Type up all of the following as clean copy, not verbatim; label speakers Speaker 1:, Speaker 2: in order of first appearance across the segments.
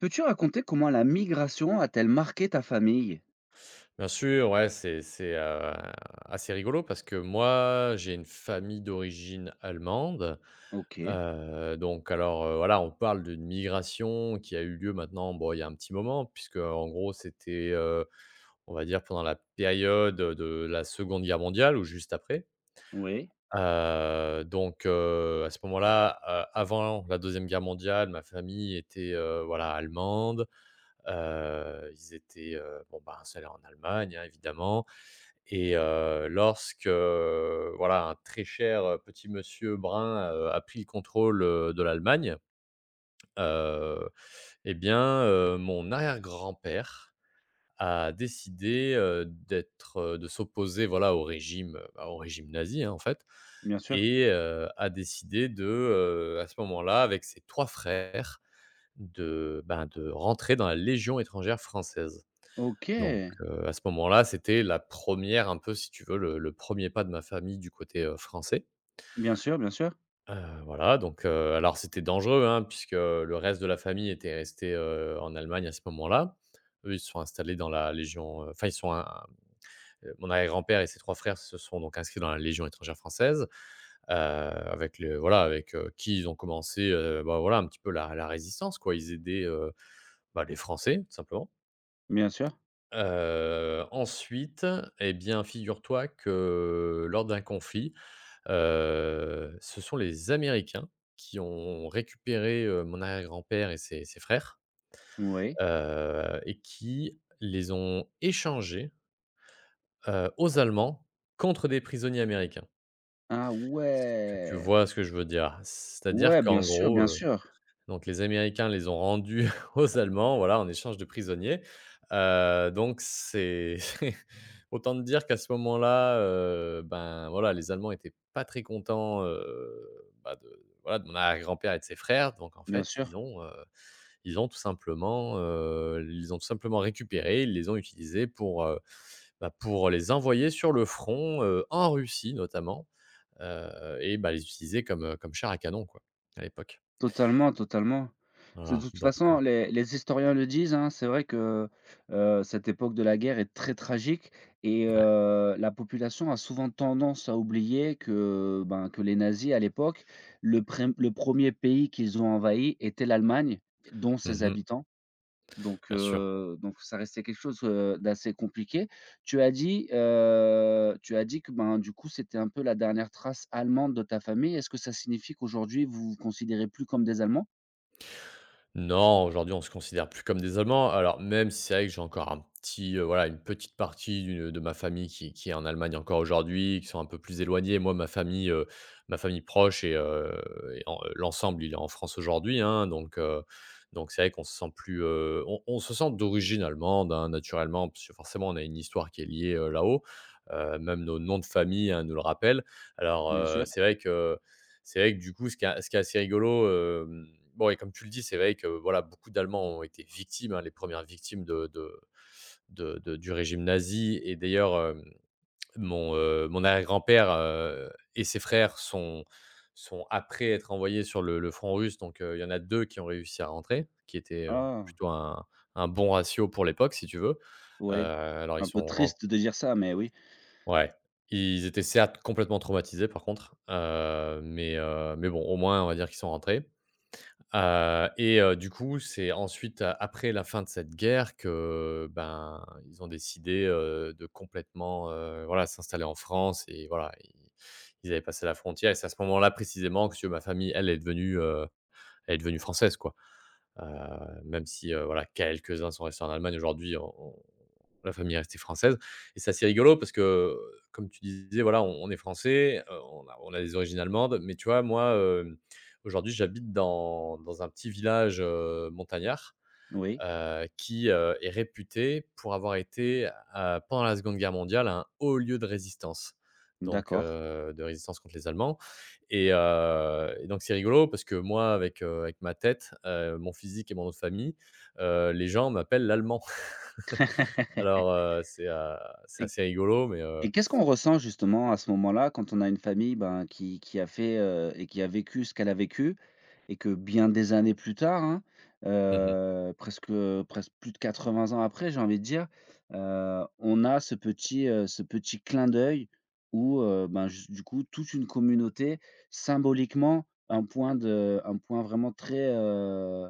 Speaker 1: Peux-tu raconter comment la migration a-t-elle marqué ta famille?
Speaker 2: Bien sûr, ouais, c'est assez rigolo parce que moi, j'ai une famille d'origine allemande.
Speaker 1: OK,
Speaker 2: Donc alors, voilà, on parle d'une migration qui a eu lieu maintenant, bon, il y a un petit moment puisque en gros, c'était on va dire pendant la période de la Seconde Guerre mondiale ou juste après.
Speaker 1: oui,
Speaker 2: Donc à ce moment-là, avant la deuxième Guerre mondiale, ma famille était voilà, allemande. Ils étaient, bon, ben, installés en Allemagne, hein, évidemment. Et lorsque, voilà, un très cher, petit monsieur brun, a pris le contrôle, de l'Allemagne, heu et bien, mon arrière-grand-père a décidé, de s'opposer, voilà, au régime, bah, au régime nazi, hein, en fait.
Speaker 1: bien sûr.
Speaker 2: Et a décidé à ce moment-là, avec ses 3 frères, de rentrer dans la Légion étrangère française. Donc
Speaker 1: OK,
Speaker 2: heu, à ce moment-là, c'était la première, un peu, si tu veux, le 1er pas de ma famille du côté français.
Speaker 1: bien sûr, bien sûr,
Speaker 2: Heu, voilà, donc alors c'était dangereux, hein, puisque le reste de la famille était resté, en Allemagne à ce moment-là. Eux, ils se sont installés dans la légion, enfin ils sont un- mon arrière-grand-père et ses 3 frères se sont donc inscrits dans la Légion étrangère française, avec, qui ils ont commencé, bah, voilà un petit peu la résistance quoi. Ils aidaient, bah, les Français tout simplement.
Speaker 1: bien sûr,
Speaker 2: Ensuite, eh bien, figure-toi que lors d'un conflit, ce sont les Américains qui ont récupéré, mon arrière-grand-père et ses frères,
Speaker 1: oui.
Speaker 2: et qui les ont échangés, aux Allemands, contre des prisonniers américains.
Speaker 1: Ah
Speaker 2: Que tu
Speaker 1: ouais!
Speaker 2: vois ce que je veux dire? C'est-à-dire
Speaker 1: Ouais, bien
Speaker 2: qu'en
Speaker 1: sûr, bien
Speaker 2: gros,
Speaker 1: sûr,
Speaker 2: donc les Américains les ont rendus aux Allemands, voilà, en échange de prisonniers. Donc c'est autant te dire qu'à ce moment-là, ben, voilà, les Allemands étaient pas très contents, bah, de mon arrière-grand-père et de ses frères. Donc en
Speaker 1: bien
Speaker 2: fait,
Speaker 1: sûr.
Speaker 2: ils ont tout simplement récupéré, ils les ont utilisés pour les envoyer sur le front, en Russie notamment, et bah, les utiliser comme, comme char à canon quoi, à l'époque.
Speaker 1: Totalement, totalement. C'est de
Speaker 2: Voilà,
Speaker 1: toute
Speaker 2: donc
Speaker 1: façon,
Speaker 2: heu,
Speaker 1: les historiens le disent, hein, c'est vrai que, cette époque de la guerre est très tragique et
Speaker 2: ouais.
Speaker 1: la population a souvent tendance à oublier que, ben, que les nazis à l'époque, le 1 pays qu'ils ont envahi était l'Allemagne, dont ses
Speaker 2: Mmh.
Speaker 1: habitants.
Speaker 2: Bien sûr.
Speaker 1: Donc ça restait quelque chose, d'assez compliqué. Tu as dit que, ben, du coup, c'était un peu la dernière trace allemande de ta famille. Est-ce que ça signifie qu'aujourd'hui, vous vous considérez plus comme des Allemands?
Speaker 2: Non, aujourd'hui, on se considère plus comme des Allemands. Alors, même si c'est vrai que j'ai encore une petite partie d'une de ma famille qui est en Allemagne encore aujourd'hui, qui sont un peu plus éloignés. Moi, ma famille proche, et en l'ensemble, il est en France aujourd'hui, hein. Donc c'est vrai qu'on se sent plus, on se sent d'origine allemande, hein, naturellement, parce que forcément, on a une histoire qui est liée là-haut. Même nos noms de famille, hein, nous le rappellent. Alors,
Speaker 1: Bien
Speaker 2: heu,
Speaker 1: sûr.
Speaker 2: c'est vrai que C'est vrai que du coup, ce qui est assez rigolo. hem, bon, et comme tu le dis, c'est vrai que, voilà, beaucoup d'Allemands ont été victimes, hein, les premières victimes de du régime nazi. Et d'ailleurs, mon arrière-grand-père et ses frères sont, après être envoyés sur le front russe. Il y en a 2 qui ont réussi à rentrer,
Speaker 1: Ah!
Speaker 2: plutôt un bon ratio pour l'époque, si tu veux.
Speaker 1: Ouais.
Speaker 2: Alors ils
Speaker 1: Un peu
Speaker 2: sont ren
Speaker 1: triste de dire ça, mais oui.
Speaker 2: Ouais, ils étaient certes complètement traumatisés, par contre, mais bon, au moins on va dire qu'ils sont rentrés. Du coup, c'est ensuite a après la fin de cette guerre que, ben, ils ont décidé, de complètement, voilà, s'installer en France. Et voilà, ils avaient passé la frontière, et c'est à ce moment-là précisément que, si tu veux, ma famille, elle est devenue française, quoi. Heu, Même si, voilà, quelques-uns sont restés en Allemagne, aujourd'hui, on la famille est restée française. Et c'est assez rigolo parce que, comme tu disais, voilà, on est français, on a des origines allemandes, mais tu vois, moi, aujourd'hui, j'habite dans un petit village, montagnard,
Speaker 1: Oui,
Speaker 2: qui, est réputé pour avoir été, pendant la Seconde Guerre mondiale, un haut lieu de résistance. Donc,
Speaker 1: d'accord.
Speaker 2: de résistance contre les Allemands. Et donc c'est rigolo parce que moi, avec ma tête, mon physique et mon nom de famille, les gens m'appellent l'Allemand. Alors, c'est assez rigolo, mais,
Speaker 1: Et qu'est-ce qu'on ressent justement à ce moment-là quand on a une famille, ben, qui a fait, et qui a vécu ce qu'elle a vécu et que bien des années plus tard, hein,
Speaker 2: mmh mh.
Speaker 1: heu, presque, presque plus de 80 ans après, j'ai envie de dire, on a ce petit, ce petit clin d'œil où, ben, j du coup, toute une communauté, symboliquement, un point vraiment très,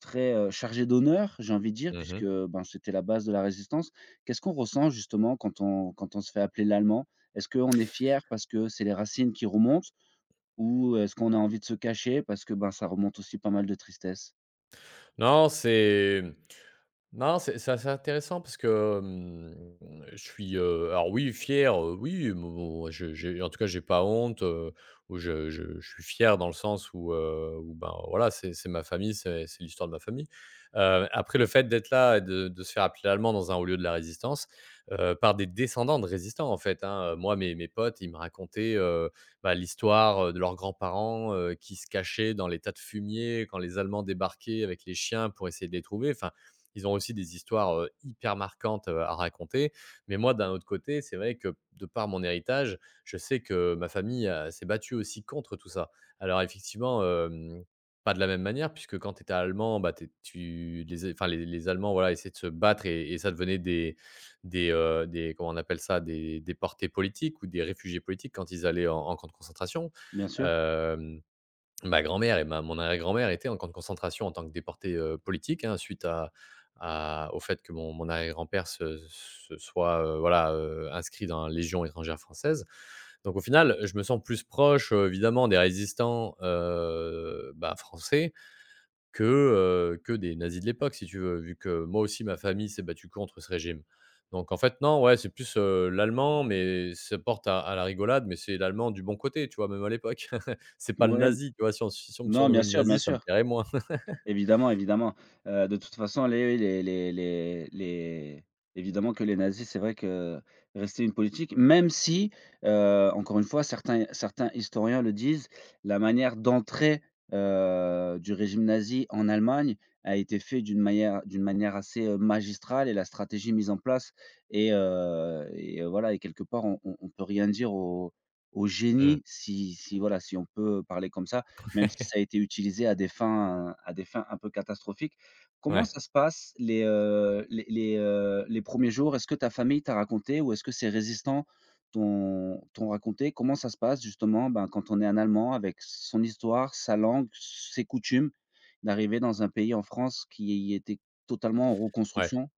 Speaker 1: très, chargé d'honneur, j'ai envie de dire, puisque,
Speaker 2: Mmh.
Speaker 1: ben, c'était la base de la Résistance. Qu'est-ce qu'on ressent justement quand on se fait appeler l'allemand? Est-ce qu'on est fier parce que c'est les racines qui remontent ou est-ce qu'on a envie de se cacher parce que, ben, ça remonte aussi pas mal de tristesse?
Speaker 2: Non, c'est Non, c'est assez intéressant parce que, je suis, alors oui, fier, oui, mon je j'ai, en tout cas, j'ai pas honte, ou je suis fier, dans le sens où, ben, voilà, c'est ma famille, c'est l'histoire de ma famille. Après, le fait d'être là et de se faire appeler allemand dans un haut lieu de la résistance, par des descendants de résistants, en fait, hein. Moi, mes potes, ils me racontaient, bah, l'histoire, de leurs grands-parents, qui se cachaient dans les tas de fumier quand les Allemands débarquaient avec les chiens pour essayer de les trouver. Enfin, ils ont aussi des histoires hyper marquantes, à raconter. Mais moi, d'un autre côté, c'est vrai que, de par mon héritage, je sais que ma famille s'est battue aussi contre tout ça. Alors effectivement, pas de la même manière, puisque quand tu étais allemand, bah, t'es- tu, les, enfin, les Allemands, voilà, essayaient de se battre, et ça devenait comment on appelle ça, des déportés politiques ou des réfugiés politiques quand ils allaient en camp de concentration.
Speaker 1: Bien sûr.
Speaker 2: Euh, Ma grand-mère et ma mon arrière-grand-mère étaient en camp de concentration en tant que déportés politiques, hein, suite à au fait que mon arrière-grand-père se soit, inscrit dans la Légion étrangère française. Donc au final, je me sens plus proche, évidemment, des résistants, bah, français, que, que des nazis de l'époque, si tu veux, vu que moi aussi ma famille s'est battue contre ce régime. Donc en fait non, ouais, c'est plus, l'allemand, mais ça porte à la rigolade, mais c'est l'allemand du bon côté, tu vois? Même à l'époque. C'est pas le
Speaker 1: Ouais,
Speaker 2: nazi, tu vois? Si on me
Speaker 1: non, bien
Speaker 2: surnommait le
Speaker 1: sûr, bien
Speaker 2: nazi, ça me
Speaker 1: sûr.
Speaker 2: plairait moins.
Speaker 1: Évidemment, évidemment. De toute façon, les oui, les évidemment que les nazis, c'est vrai que rester une politique, même si, encore une fois, certains historiens le disent, la manière d'entrer, du régime nazi en Allemagne a été faite d'une manière assez, magistrale et la stratégie mise en place et voilà et quelque part on peut rien dire au
Speaker 2: Mmh.
Speaker 1: génie si voilà, si on peut parler comme ça. Même si ça a été utilisé à des fins, à des fins un peu catastrophiques. Comment
Speaker 2: Ouais.
Speaker 1: ça se passe les 1ers jours? Est-ce que ta famille t'a raconté ou est-ce que ces résistants t'ont raconté comment ça se passe justement, ben, quand on est un Allemand avec son histoire, sa langue, ses coutumes, d'arriver dans un pays en France qui était totalement en
Speaker 2: Ouais.
Speaker 1: reconstruction?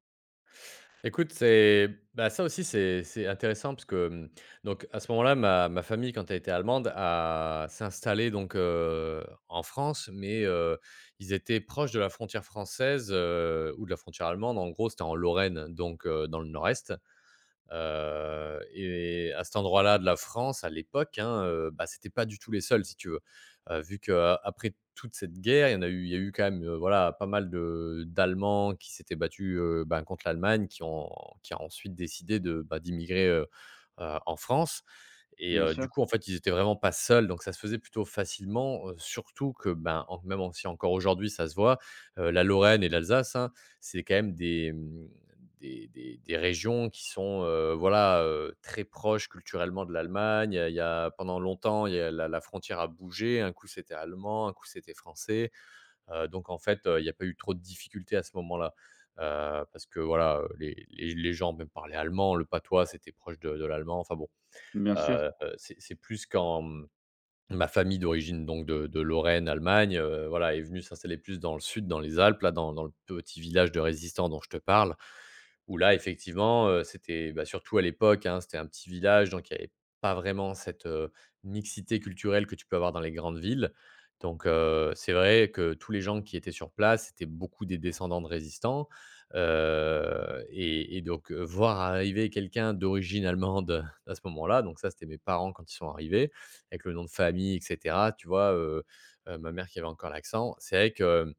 Speaker 2: Écoute, ça aussi, c'est intéressant parce que, donc à ce moment-là, ma famille, quand elle était allemande, a s'installé donc, en France, mais, ils étaient proches de la frontière française, ou de la frontière allemande. En gros, c'était en Lorraine, donc, dans le nord-est. Et à cet endroit-là de la France, à l'époque, hein, bah, c'était pas du tout les seuls, si tu veux. Vu qu'après toute cette guerre, il y a eu quand même, voilà, pas mal de d'Allemands qui s'étaient battus, ben, contre l'Allemagne, qui a ensuite décidé d'immigrer, en France. Et
Speaker 1: Bien sûr,
Speaker 2: du coup, en fait, ils étaient vraiment pas seuls, donc ça se faisait plutôt facilement, surtout que, ben, en même en si encore aujourd'hui ça se voit, la Lorraine et l'Alsace, hein, c'est quand même des, mmh, des régions qui sont, très proches culturellement de l'Allemagne. Il y a Pendant longtemps, il y a la frontière a bougé. Un coup, c'était allemand, un coup, c'était français. Donc en fait, il y a pas eu trop de difficultés à ce moment-là. Parce que voilà, les gens même parlaient allemand, le patois, c'était proche de l'allemand, enfin bon.
Speaker 1: bien sûr.
Speaker 2: Heu c'est plus qu'en Ma famille d'origine, donc de Lorraine, Allemagne, voilà, est venue s'installer plus dans le sud, dans les Alpes, là, dans le petit village de résistants dont je te parle, où là, effectivement, surtout à l'époque, hein, c'était un petit village, donc il n'y avait pas vraiment cette mixité culturelle que tu peux avoir dans les grandes villes. Donc c'est vrai que tous les gens qui étaient sur place, c'était beaucoup des descendants de résistants, et donc, voir arriver quelqu'un d'origine allemande à ce moment-là, donc ça, c'était mes parents quand ils sont arrivés, avec le nom de famille, et cetera, tu vois? Ma mère qui avait encore l'accent, c'est vrai que,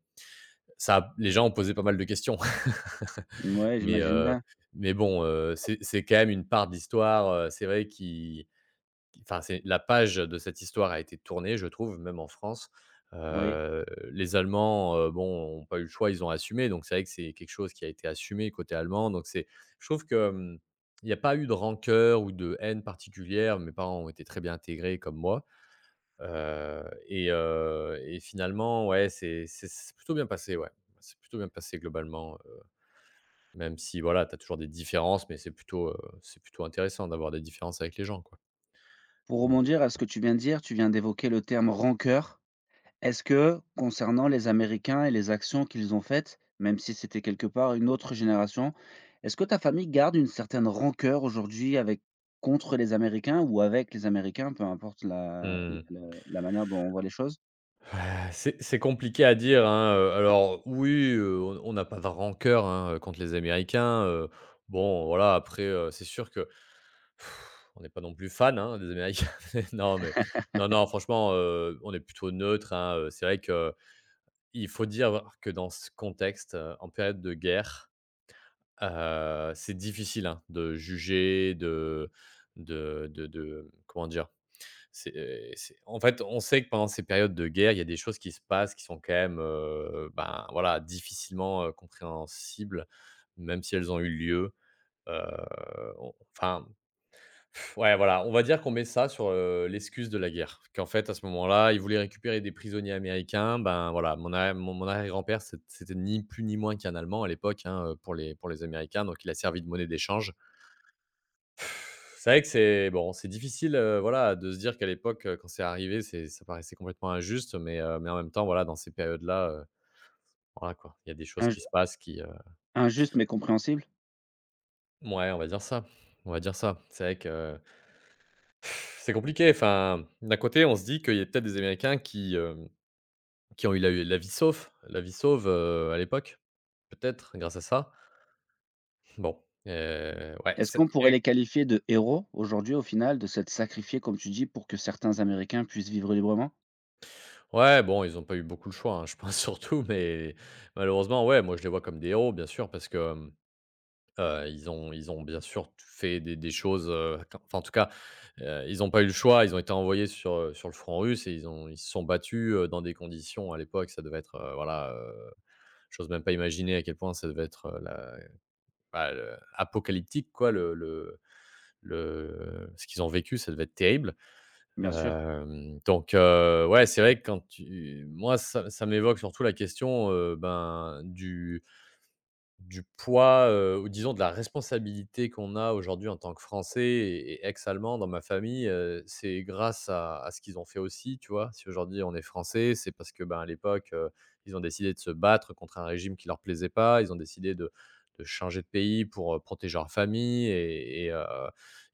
Speaker 2: ça a les gens ont posé pas mal de questions.
Speaker 1: Ouais,
Speaker 2: Mais
Speaker 1: j'imagine
Speaker 2: heu,
Speaker 1: bien,
Speaker 2: mais bon, c'est quand même une part d'histoire, c'est vrai qui, c'est la page de cette histoire a été tournée, je trouve, même en France.
Speaker 1: oui.
Speaker 2: Heu, les Allemands, bon, ont pas eu le choix, ils ont assumé, donc c'est vrai que c'est quelque chose qui a été assumé côté allemand, donc c'est je trouve que, il y a pas eu de rancœur ou de haine particulière. Mes parents ont été très bien intégrés comme moi. Et finalement, ouais, c'est plutôt bien passé, ouais. C'est plutôt bien passé globalement, même si voilà, tu as toujours des différences, mais c'est plutôt intéressant d'avoir des différences avec les gens, quoi.
Speaker 1: Pour
Speaker 2: Donc
Speaker 1: rebondir à ce que tu viens de dire, tu viens d'évoquer le terme «rancœur». Est-ce que concernant les Américains et les actions qu'ils ont faites, même si c'était quelque part une autre génération, est-ce que ta famille garde une certaine rancœur aujourd'hui avec contre les Américains ou avec les Américains, peu importe
Speaker 2: heu,
Speaker 1: la
Speaker 2: mmh,
Speaker 1: le la manière dont on voit les choses?
Speaker 2: Ouais, c'est compliqué à dire, hein, alors oui, on n'a pas de rancœur, hein, contre les Américains. Bon voilà, après, c'est sûr que pff, on n'est pas non plus fan, hein, des Américains. Non mais non, non, franchement, on est plutôt neutre, hein. C'est vrai que il faut dire que dans ce contexte, en période de guerre, c'est difficile, hein, de juger, de comment dire? C'est en fait, on sait que pendant ces périodes de guerre, il y a des choses qui se passent qui sont quand même, ben, voilà, difficilement, compréhensibles, même si elles ont eu lieu. Heu, on enfin, Ouais, voilà, on va dire qu'on met ça sur, l'excuse de la guerre. Qu'en fait, à ce moment-là, ils voulaient récupérer des prisonniers américains. Ben, voilà, mon a mon mon arrière-grand-père, c'était ni plus ni moins qu'un Allemand à l'époque, hein, pour les Américains, donc il a servi de monnaie d'échange. C'est vrai que c'est bon, c'est difficile, voilà, de se dire qu'à l'époque, quand c'est arrivé, c'est ça paraissait complètement injuste, mais en même temps, voilà, dans ces périodes-là, voilà, quoi, il y a des choses
Speaker 1: Inj
Speaker 2: qui se passent qui
Speaker 1: injuste mais compréhensible?
Speaker 2: mouais, on va dire ça, on va dire ça. C'est vrai que c'est compliqué, enfin, d'un côté, on se dit qu'il y a peut-être des Américains qui ont eu la vie sauve, la vie sauve, à l'époque, peut-être grâce à ça. Bon, ouais,
Speaker 1: Est-ce qu'on
Speaker 2: c'est
Speaker 1: pourrait
Speaker 2: et
Speaker 1: les qualifier de héros aujourd'hui au final, de s'être sacrifiés, comme tu dis, pour que certains Américains puissent vivre librement?
Speaker 2: ouais, bon, ils n'ont pas eu beaucoup le choix, hein, je pense surtout, mais malheureusement, ouais, moi, je les vois comme des héros, bien sûr, parce que, ils ont bien sûr fait des choses, en tout cas, ils n'ont pas eu le choix, ils ont été envoyés sur, sur le front russe et ils se sont battus, dans des conditions à l'époque, ça devait être, j'ose même pas imaginer à quel point ça devait être, le apocalyptique quoi, le ce qu'ils ont vécu, ça devait être terrible.
Speaker 1: Bien sûr.
Speaker 2: Donc ouais, c'est vrai que quand tu moi ça ça m'évoque surtout la question, ben, du poids, ou disons de la responsabilité qu'on a aujourd'hui en tant que Français et ex-allemands dans ma famille, c'est grâce à ce qu'ils ont fait aussi, tu vois? Si aujourd'hui on est Français, c'est parce que, ben, à l'époque, ils ont décidé de se battre contre un régime qui leur plaisait pas. Ils ont décidé de changer de pays pour, protéger leur famille et et heu,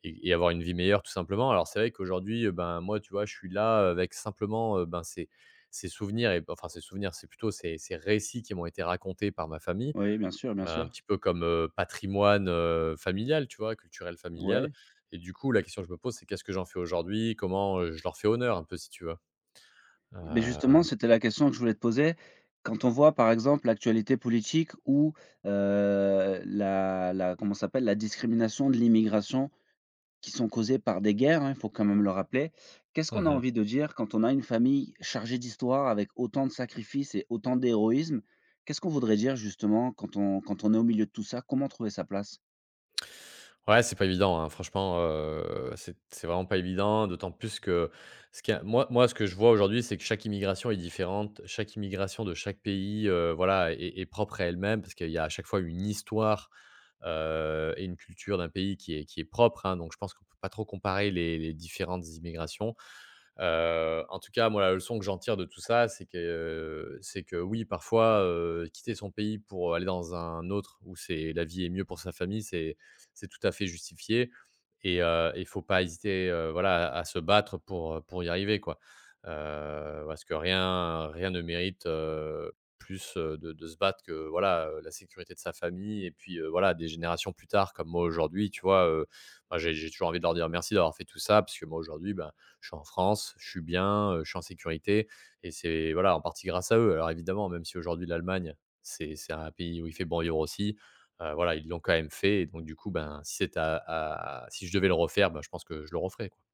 Speaker 2: et et avoir une vie meilleure tout simplement. Alors c'est vrai qu'aujourd'hui, ben, moi, tu vois, je suis là, avec simplement, ben, ces souvenirs et enfin ces souvenirs, c'est plutôt ces récits qui m'ont été racontés par ma famille.
Speaker 1: Oui, bien sûr, bien
Speaker 2: Un
Speaker 1: sûr.
Speaker 2: petit peu comme, patrimoine, familial, tu vois? Culturel familial,
Speaker 1: Ouais.
Speaker 2: et du coup, la question que je me pose, c'est qu'est-ce que j'en fais aujourd'hui? Comment, je leur fais honneur un peu, si tu veux?
Speaker 1: Mais
Speaker 2: Heu,
Speaker 1: justement, c'était la question que je voulais te poser. Quand on voit, par exemple, l'actualité politique ou la comment ça s'appelle? La discrimination de l'immigration qui sont causées par des guerres, hein, il faut quand même le rappeler. Qu'est-ce qu'on a
Speaker 2: mmh
Speaker 1: envie de dire quand on a une famille chargée d'histoire avec autant de sacrifices et autant d'héroïsme? Qu'est-ce qu'on voudrait dire justement quand on est au milieu de tout ça? Comment trouver sa place?
Speaker 2: Ouais, c'est pas évident, hein, franchement, c'est vraiment pas évident, d'autant plus que ce qui a moi moi, ce que je vois aujourd'hui, c'est que chaque immigration est différente. Chaque immigration de chaque pays, voilà, est propre à elle-même parce qu'il y a à chaque fois une histoire, et une culture d'un pays qui est propre, hein, donc je pense qu'on peut pas trop comparer les différentes immigrations. En tout cas, moi, la leçon que j'en tire de tout ça, c'est que, c'est que oui, parfois, quitter son pays pour aller dans un autre où c'est la vie est mieux pour sa famille, c'est tout à fait justifié et faut pas hésiter, voilà, à se battre pour y arriver, quoi. Parce que rien ne mérite, plus, de se battre que, voilà, la sécurité de sa famille et puis, voilà, des générations plus tard, comme moi aujourd'hui, tu vois, moi j'ai toujours envie de leur dire merci d'avoir fait tout ça parce que moi aujourd'hui, ben, je suis en France, je suis bien, je suis en sécurité et c'est voilà, en partie grâce à eux. Alors évidemment, même si aujourd'hui l'Allemagne, c'est un pays où il fait bon vivre aussi, voilà, ils l'ont quand même fait et donc du coup, ben, si c'est à si je devais le refaire, ben je pense que je le referais, quoi.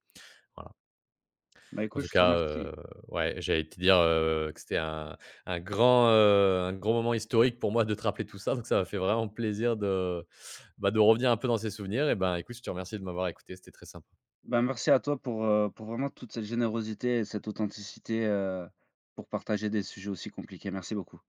Speaker 2: Voilà.
Speaker 1: Bah,
Speaker 2: En
Speaker 1: écoute,
Speaker 2: tout
Speaker 1: je te
Speaker 2: cas,
Speaker 1: remercie.
Speaker 2: ouais, j'allais te dire, que c'était un un grand moment historique pour moi de te rappeler tout ça, donc ça m'a fait vraiment plaisir de, bah, de revenir un peu dans ces souvenirs et ben, écoute, je te remercie de m'avoir écouté, c'était très sympa.
Speaker 1: Bah, merci à toi pour vraiment toute cette générosité et cette authenticité, pour partager des sujets aussi compliqués. Merci beaucoup.